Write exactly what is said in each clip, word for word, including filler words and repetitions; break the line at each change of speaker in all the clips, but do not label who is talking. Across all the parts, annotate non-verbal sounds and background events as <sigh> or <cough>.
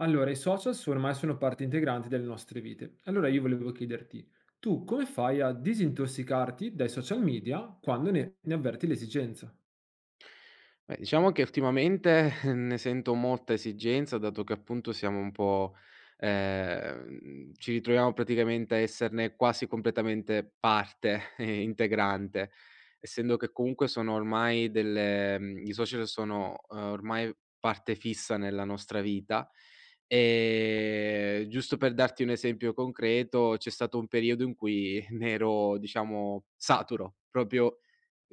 Allora, i social sono ormai sono parte integrante delle nostre vite. Allora io volevo chiederti, tu come fai a disintossicarti dai social media quando ne, ne avverti l'esigenza?
Beh, diciamo che ultimamente <laughs> ne sento molta esigenza, dato che appunto siamo un po' ehm, ci ritroviamo praticamente a esserne quasi completamente parte <laughs> eh, integrante, essendo che comunque sono ormai delle mhmm, i social sono, uhm, ormai parte fissa nella nostra vita. Ehm, giusto per darti un esempio concreto, c'è stato un periodo in cui <laughs> ne ero, diciamo, saturo, proprio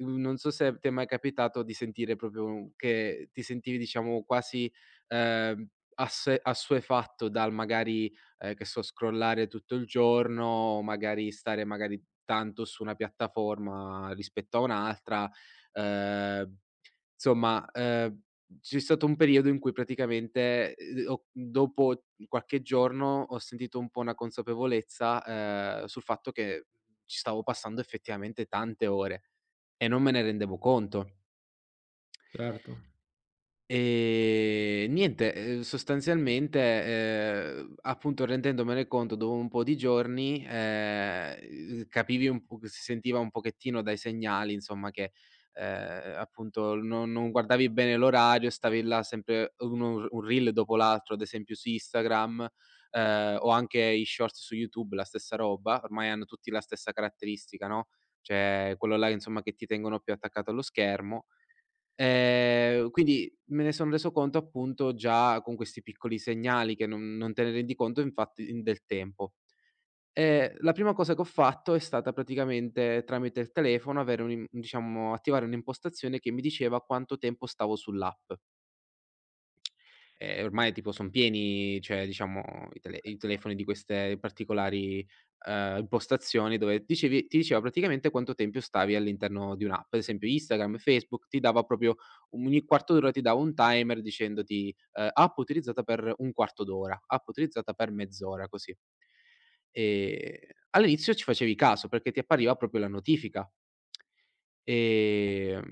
Mhmm, Non so se ti è mai capitato di sentire proprio che ti sentivi diciamo quasi, ehm, assue assuefatto dal magari, ehm, che so, scrollare tutto il giorno o magari stare magari tanto su una piattaforma rispetto a un'altra. Ehm, insomma, ehm, c'è stato un periodo in cui praticamente, ehm, ho dopo qualche giorno ho sentito un po' una consapevolezza, ehm, sul fatto che ci stavo passando effettivamente tante ore. E non me ne rendevo conto.
Certo.
Ehm, niente, ehm, sostanzialmente, ehm, appunto rendendomene conto dopo un po' di giorni, ehm, capivi un po' che si sentiva un pochettino dai segnali insomma che, ehm, appunto non non guardavi bene l'orario, stavi là sempre uno un reel dopo l'altro, ad esempio su Instagram, ehm, o anche i shorts su YouTube, la stessa roba, ormai hanno tutti la stessa caratteristica, no, cioè quello là insomma che ti tengono più attaccato allo schermo. Ehm, quindi me ne son reso conto appunto già con questi piccoli segnali che non non te ne rendi conto infatti in del tempo. Ehm, la prima cosa che ho fatto è stata praticamente tramite il telefono avere un'im diciamo attivare un'impostazione che mi diceva quanto tempo stavo sull'app. Ehm, ormai tipo son pieni, cioè diciamo i tele i telefoni di queste particolari, ehm, impostazioni dove dicevi ti diceva praticamente quanto tempo stavi all'interno di un'app. Ad esempio Instagram, Facebook ti dava proprio ogni quarto d'ora ti dava un timer dicendoti, ehm, app utilizzata per un quarto d'ora, app utilizzata per mezz'ora, così. Ehm, All'inizio ci facevi caso perché ti appariva proprio la notifica. Ehm,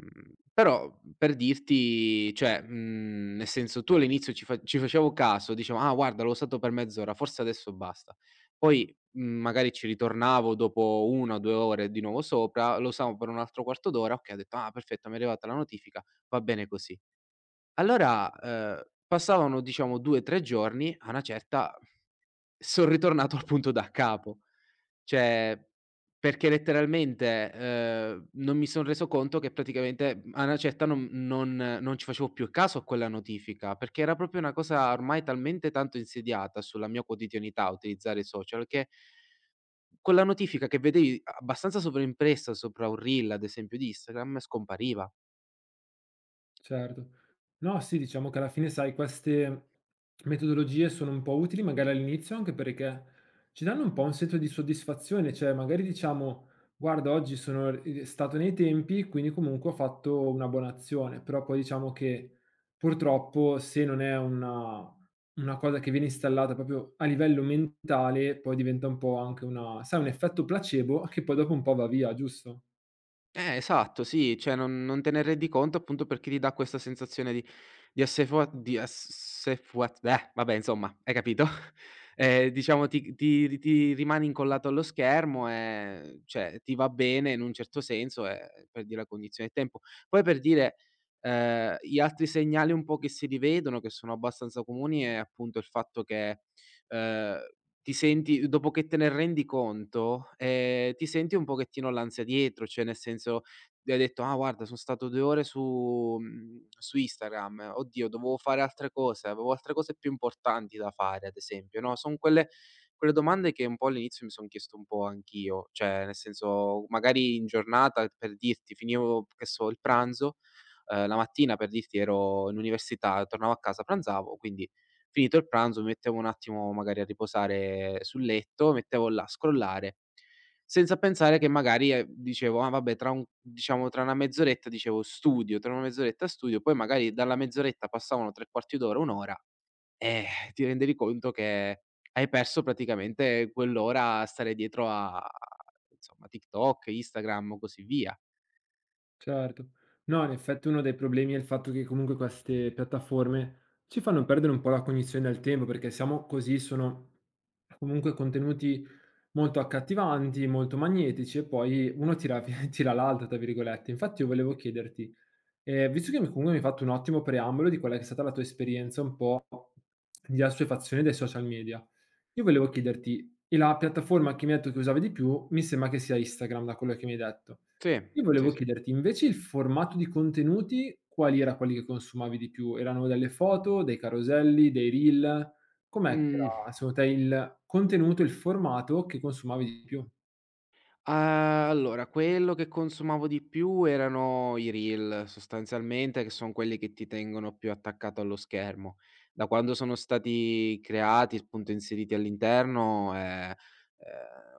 Però per dirti cioè, mhmm, nel senso tu all'inizio ci fa ci facevo caso, dicevo: "Ah guarda l'ho usato per mezz'ora, forse adesso basta". Poi, mhmm, magari ci ritornavo dopo una o due ore di nuovo sopra, lo usavo per un altro quarto d'ora, okay, ho detto: "Ah perfetto, mi è arrivata la notifica, va bene così". Allora, ehm, passavano diciamo due, tre giorni, a una certa <laughs> son ritornato al punto da capo. Cioè, perché letteralmente, ehm, non mi son reso conto che praticamente, mhmm, a una certa non non non ci facevo più caso a quella notifica, perché era proprio una cosa ormai talmente tanto insediata sulla mia quotidianità, a utilizzare i social, che quella notifica che vedevi abbastanza sovraimpressa sopra un reel, ad esempio, di Instagram, scompariva.
Certo. No, sì, diciamo che alla fine, sai, queste metodologie sono un po' utili magari all'inizio anche perché ci danno un po' un senso di soddisfazione, cioè magari diciamo: "Guarda, oggi sono r stato nei tempi, quindi comunque ho fatto una buona azione". Però poi diciamo che purtroppo se non è una una cosa che viene installata proprio a livello mentale, poi diventa un po' anche una sai, un effetto placebo che poi dopo un po' va via, giusto?
Eh, esatto, sì, cioè non non te ne rendi conto appunto perché ti dà questa sensazione di di assefa di assefa eh, vabbè insomma, hai capito? <laughs> Ehm, diciamo ti ti ri ti rimani incollato allo schermo e cioè ti va bene in un certo senso, ehm, perdi la cognizione del tempo. Poi per dire, ehm, gli altri segnali un po' che si rivedono, che sono abbastanza comuni, è appunto il fatto che, ehm ti senti dopo che te ne rendi conto, ehm, ti senti un pochettino l'ansia dietro, cioè nel senso ti hai detto: "Ah guarda son stato due ore su mhmm, su Instagram, eh, oddio dovevo fare altre cose, avevo altre cose più importanti da fare", ad esempio, no, son quelle quelle domande che un po' all'inizio mi son chiesto un po' anch'io, cioè nel senso magari in giornata per dirti finivo, che so, il pranzo, ehm, la mattina per dirti ero in università, tornavo a casa, pranzavo, quindi Finito il pranzo mi mettevo un attimo magari a riposare sul letto, mettevo là a scrollare, senza pensare che magari, ehm, dicevo: "Ah vabbè tra un" diciamo tra una mezz'oretta dicevo: "Studio", tra una mezz'oretta studio, poi magari dalla mezz'oretta passavano tre quarti d'ora, un' ora, eh, ti rendevi conto che hai perso praticamente quell'ora a stare dietro a insomma TikTok, Instagram, o così via.
Certo. No, in effetti uno dei problemi è il fatto che comunque queste piattaforme ci fanno perdere un po' la cognizione del tempo, perché siamo così, sono comunque contenuti molto accattivanti, molto magnetici e poi uno tira <laughs> via tira l'altro, tra virgolette. Infatti io volevo chiederti. Ehm, visto che mi comunque mi hai fatto un ottimo preambolo di quella che è stata la tua esperienza un po' di assuefazione dai social media, io volevo chiederti: e la piattaforma che mi hai detto che usavi di più, mi sembra che sia Instagram da quello che mi hai detto.
Sì,
Io volevo
sì, sì.
chiederti invece il formato di contenuti quali era quelli che consumavi di più? Erano delle foto, dei caroselli, dei reel? Com'è Mh. che
Mh.
era secondo te il contenuto, il formato che consumavi di più?
Ah, allora, quello che consumavo di più erano i reel, sostanzialmente, che son quelli che ti tengono più attaccato allo schermo. Da quando sono stati creati, appunto inseriti all'interno, ehm, ehm,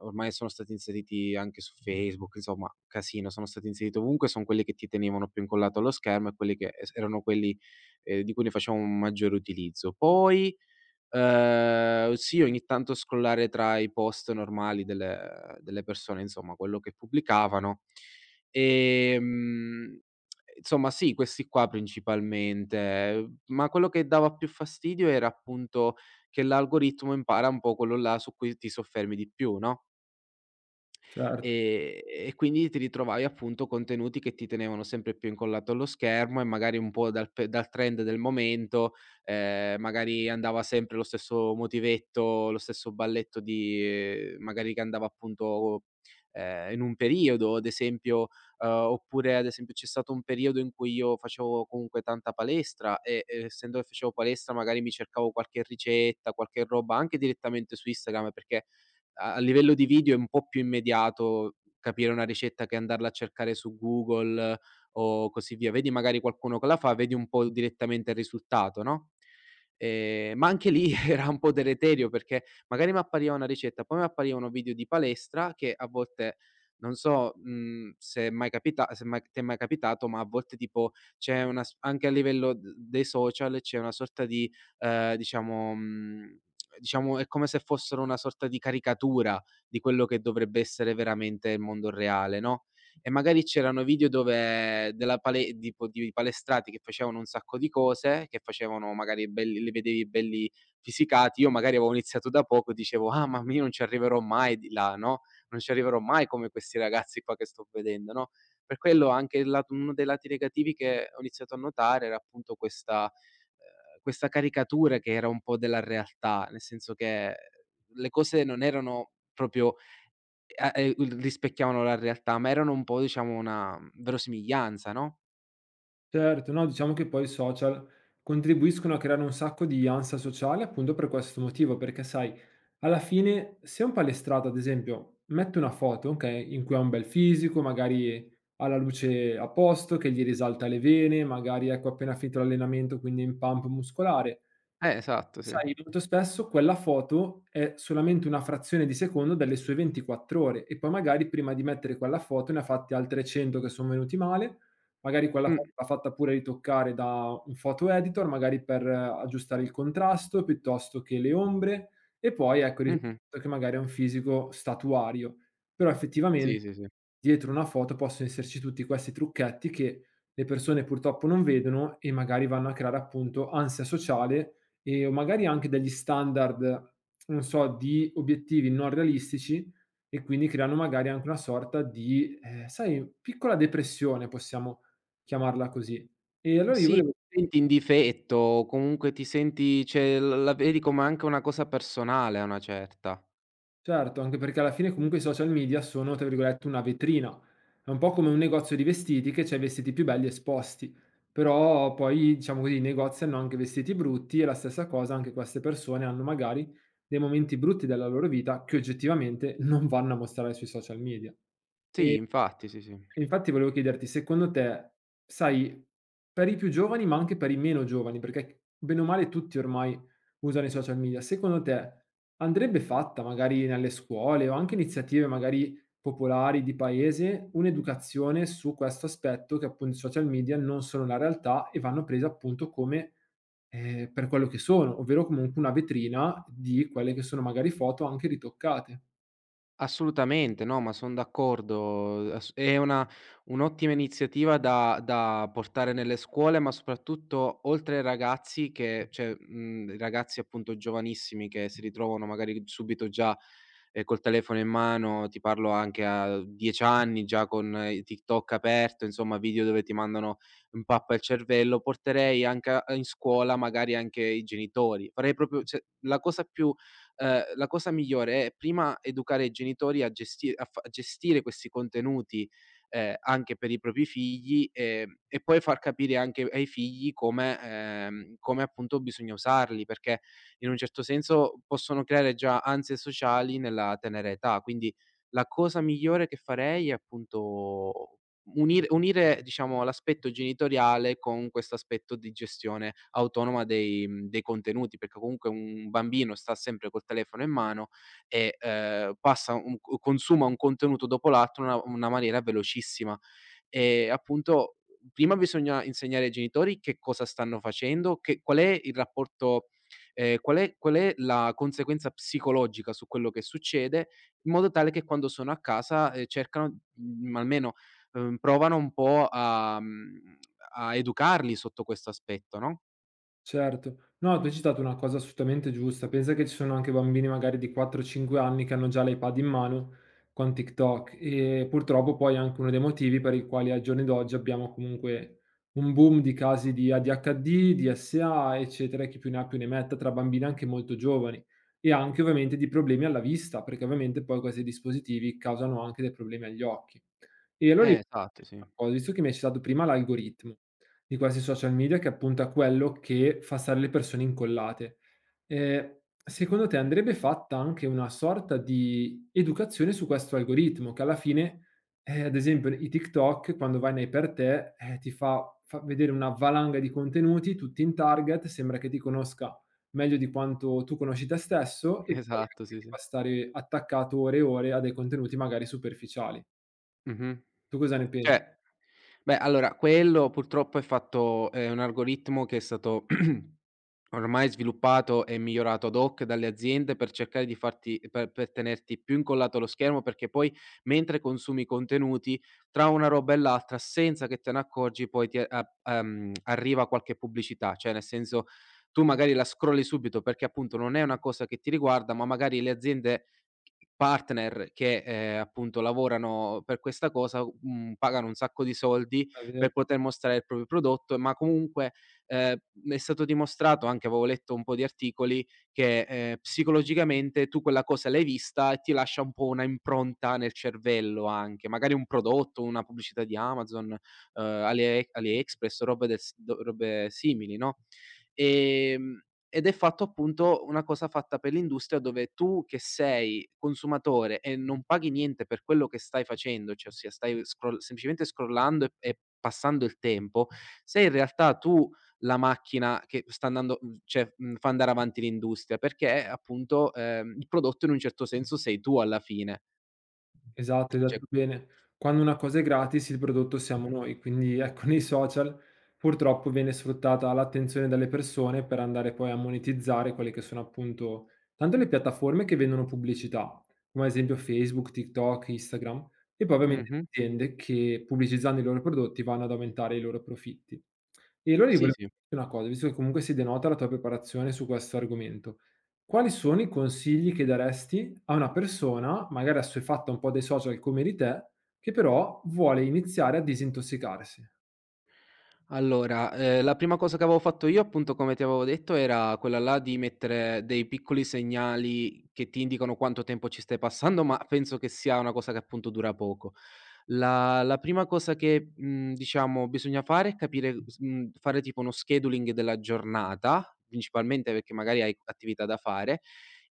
ormai sono stati inseriti anche su Facebook, insomma casino, sono stati inseriti ovunque, son quelli che ti tenevano più incollato allo schermo e quelli che es erano quelli, ehm, di cui ne facevo un maggiore utilizzo. Poi Ehm, sì, ogni tanto scrollare tra i post normali delle delle persone, insomma, quello che pubblicavano. Ehm, insomma, sì, questi qua principalmente, ma quello che dava più fastidio era appunto che l'algoritmo impara un po' quello là su cui ti soffermi di più, no? Ehm,
Certo.
e quindi ti ritrovavi appunto contenuti che ti tenevano sempre più incollato allo schermo e magari un po' dal pe dal trend del momento, ehm, magari andava sempre lo stesso motivetto, lo stesso balletto di ehm, magari che andava appunto, ehm, in un periodo ad esempio, uhm, oppure ad esempio c'è stato un periodo in cui io facevo comunque tanta palestra e, ehm, essendo che facevo palestra magari mi cercavo qualche ricetta, qualche roba anche direttamente su Instagram perché a a livello di video è un po' più immediato capire una ricetta che andarla a cercare su Google o così via. Vedi magari qualcuno che la fa, vedi un po' direttamente il risultato, no, ehm, ma anche lì <laughs> era un po' deleterio perché magari m'appariva una ricetta, poi m'appariva uno video di palestra che a volte non so, mhmm, se è mai capita se mai ti è mai capitato, ma a volte tipo c'è una s anche a livello d dei social c'è una sorta di, ehm, diciamo, mhmm diciamo, è come se fossero una sorta di caricatura di quello che dovrebbe essere veramente il mondo reale, no, e magari c'erano video dove della pale di po di palestrati che facevano un sacco di cose, che facevano magari belli li vedevi belli fisicati. Io magari avevo iniziato da poco e dicevo: "Ah, ma io non ci arriverò mai di là, no, non ci arriverò mai come questi ragazzi qua che sto vedendo", no, per quello anche il lato uno dei lati negativi che ho iniziato a notare era appunto questa ehm, questa caricatura che era un po' della realtà, nel senso che le cose non erano proprio a ehm, uhm, rispecchiavano la realtà, ma erano un po' diciamo una verosimiglianza, no?
Certo, no, diciamo che poi i social contribuiscono a creare un sacco di ansia sociale appunto per questo motivo, perché sai, alla fine se un palestrato, ad esempio, mette una foto, ok, in cui ha un bel fisico, magari ha la luce a posto, che gli risalta le vene, magari ecco appena finito l'allenamento, quindi in pump muscolare.
Eh, esatto, sì.
Sai, molto spesso quella foto è solamente una frazione di secondo delle sue ventiquattro ore e poi magari prima di mettere quella foto ne ha fatte altre cento che son venuti male, magari quella foto
Mh,
l'ha fatta pure ritoccare da un photo editor, magari per eh, aggiustare il contrasto piuttosto che le ombre e poi ecco il
mh-mh.
risultato è che magari è un fisico statuario. Però effettivamente
Sì, sì, sì.
dietro una foto possono esserci tutti questi trucchetti che le persone purtroppo non vedono e magari vanno a creare appunto ansia sociale e o magari anche degli standard, non so, di obiettivi non realistici e quindi creano magari anche una sorta di, ehm, sai, piccola depressione, possiamo chiamarla così. E allora io
Sì,
volevo.
ti senti in difetto o comunque ti senti cioè l la vedi come anche una cosa personale a una certa.
Certo, anche perché alla fine comunque i social media sono, tra virgolette, "una vetrina". È un po' come un negozio di vestiti che c'ha i vestiti più belli esposti, però poi, diciamo così, i negozi hanno anche vestiti brutti e la stessa cosa anche queste persone hanno magari dei momenti brutti della loro vita che oggettivamente non vanno a mostrare sui social media.
Sì, infatti, sì, sì.
E infatti volevo chiederti, secondo te, sai, per i più giovani, ma anche per i meno giovani, perché bene o male tutti ormai usano i social media, secondo te andrebbe fatta magari nelle scuole o anche iniziative magari popolari di paese, un'educazione su questo aspetto che appunto i social media non sono la realtà e vanno prese appunto come eh, per quello che sono, ovvero comunque una vetrina di quelle che sono magari foto anche ritoccate.
Assolutamente, no, ma son d'accordo. Ass è una un'ottima iniziativa da da portare nelle scuole, ma soprattutto oltre ai ragazzi che cioè, mhmm, ragazzi appunto giovanissimi che si ritrovano magari subito già, ehm, col telefono in mano, ti parlo anche a dieci anni, già con i TikTok aperto, insomma video dove ti mandano in pappa il cervello, porterei anche a in scuola magari anche i genitori. Farei proprio cioè, la cosa più ehm, la cosa migliore è prima educare i genitori a gesti a fa a gestire questi contenuti, ehm, anche per i propri figli, ehm, e poi far capire anche ai figli come ehm, come appunto bisogna usarli, perché in un certo senso possono creare già ansie sociali nella tenera età. Quindi la cosa migliore che farei è appunto Unir unire diciamo l'aspetto genitoriale con questo aspetto di gestione autonoma dei mhmm, dei contenuti, perché comunque un bambino sta sempre col telefono in mano e, ehm, passa un co consuma un contenuto dopo l'altro in una una maniera velocissima. E appunto prima bisogna insegnare ai genitori che cosa stanno facendo, che qual è il rapporto ehm, qual è qual è la conseguenza psicologica su quello che succede, in modo tale che quando sono a casa, ehm, cercano, mhmm, almeno uhm, provano un po' a mhmm, a educarli sotto questo aspetto, no?
Certo. No, tu hai citato una cosa assolutamente giusta. Pensa che ci sono anche bambini magari di quattro, cinque anni che hanno già l'iPad in mano con TikTok e purtroppo poi è anche uno dei motivi per i quali al giorno d'oggi abbiamo comunque un boom di casi di A D H D, D S A, eccetera, e chi più ne ha più ne metta tra bambini anche molto giovani e anche ovviamente di problemi alla vista, perché ovviamente poi questi dispositivi causano anche dei problemi agli occhi. E allora io
Eh, esatto,
<unintelligible>
sì.
una cosa, visto che mi hai citato prima l'algoritmo di questi social media che appunto è quello che fa stare le persone incollate, ehm, secondo te andrebbe fatta anche una sorta di educazione su questo algoritmo che alla fine, ehm, ad esempio i TikTok quando vai nei per te, eh, ti fa fa vedere una valanga di contenuti, tutti in target, sembra che ti conosca meglio di quanto tu conosci te stesso e poi
Esatto,
anche che
sì,
ti
sì.
fa stare attaccato ore e ore a dei contenuti magari superficiali.
Mh-mh.
Tu cosa ne pen.
Cioè Beh, allora quello purtroppo è fatto è un algoritmo che è stato <clears throat> ormai sviluppato e migliorato ad hoc dalle aziende per cercare di farti per per tenerti più incollato allo schermo, perché poi mentre consumi i contenuti, tra una roba e l'altra, senza che te ne accorgi, poi ti a a ehm, arriva qualche pubblicità. Cioè, nel senso, tu magari la scrolli subito perché appunto non è una cosa che ti riguarda, ma magari le aziende partner che, ehm, appunto lavorano per questa cosa, mhmm, pagano un sacco di soldi
È vero,
per poter mostrare il proprio prodotto, ma comunque, ehm, è stato dimostrato, anche avevo letto un po' di articoli, che, ehm, psicologicamente tu quella cosa l'hai vista e ti lascia un po' una impronta nel cervello anche, magari un prodotto, una pubblicità di Amazon, ehm, Ali Ali Express, robe del s d robe simili, no, ehm ed è fatto appunto una cosa fatta per l'industria dove tu che sei consumatore e non paghi niente per quello che stai facendo, cioè ossia stai scroll semplicemente scrollando e e passando il tempo, sei in realtà tu la macchina che sta andando mhmm, cioè, mhmm, fa andare avanti l'industria, perché appunto, ehm, il prodotto in un certo senso sei tu alla fine.
esatto, hai
Cioè
detto bene. Quando una cosa è gratis, il prodotto siamo noi, quindi <laughs> ecco, nei social purtroppo viene sfruttata l'attenzione delle persone per andare poi a monetizzare quelle che sono appunto tanto le piattaforme che vendono pubblicità, come ad esempio Facebook, TikTok, Instagram, e poi ovviamente le
mh-mh.
aziende che pubblicizzando i loro prodotti vanno ad aumentare i loro profitti. E allora io
Sì,
volevo
sì.
dire una cosa, visto che comunque si denota la tua preparazione su questo argomento. Quali sono i consigli che daresti a una persona, magari assuefatta un po' dai social come di te, che però vuole iniziare a disintossicarsi?
Allora, ehm, la prima cosa che avevo fatto io, appunto, come ti avevo detto, era quella là di mettere dei piccoli segnali che ti indicano quanto tempo ci stai passando, ma penso che sia una cosa che, appunto, dura poco. La la prima cosa che, mhmm, diciamo bisogna fare è capire s mhmm, fare tipo uno scheduling della giornata, principalmente perché magari hai attività da fare,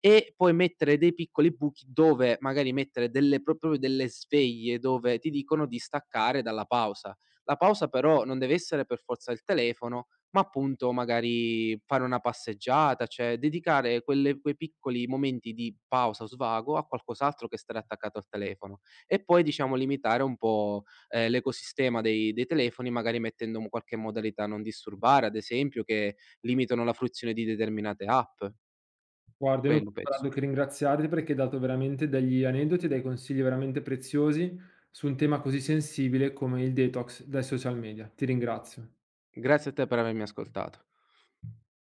e poi mettere dei piccoli buchi dove magari mettere delle pro proprio delle sveglie dove ti dicono di staccare dalla pausa. La pausa però non deve essere per forza il telefono, ma appunto magari fare una passeggiata, cioè dedicare quelle quei piccoli momenti di pausa o svago a qualcos'altro che stare attaccato al telefono. E poi diciamo limitare un po', ehm, l'ecosistema dei dei telefoni, magari mettendo un qualche modalità non disturbare, ad esempio, che limitano la fruizione di determinate app,
Guarda, io non
quello
posso far
penso.
altro che ringraziarti perché hai dato veramente degli aneddoti e dei consigli veramente preziosi su un tema così sensibile come il detox dai social media. Ti ringrazio.
Grazie a te per avermi ascoltato.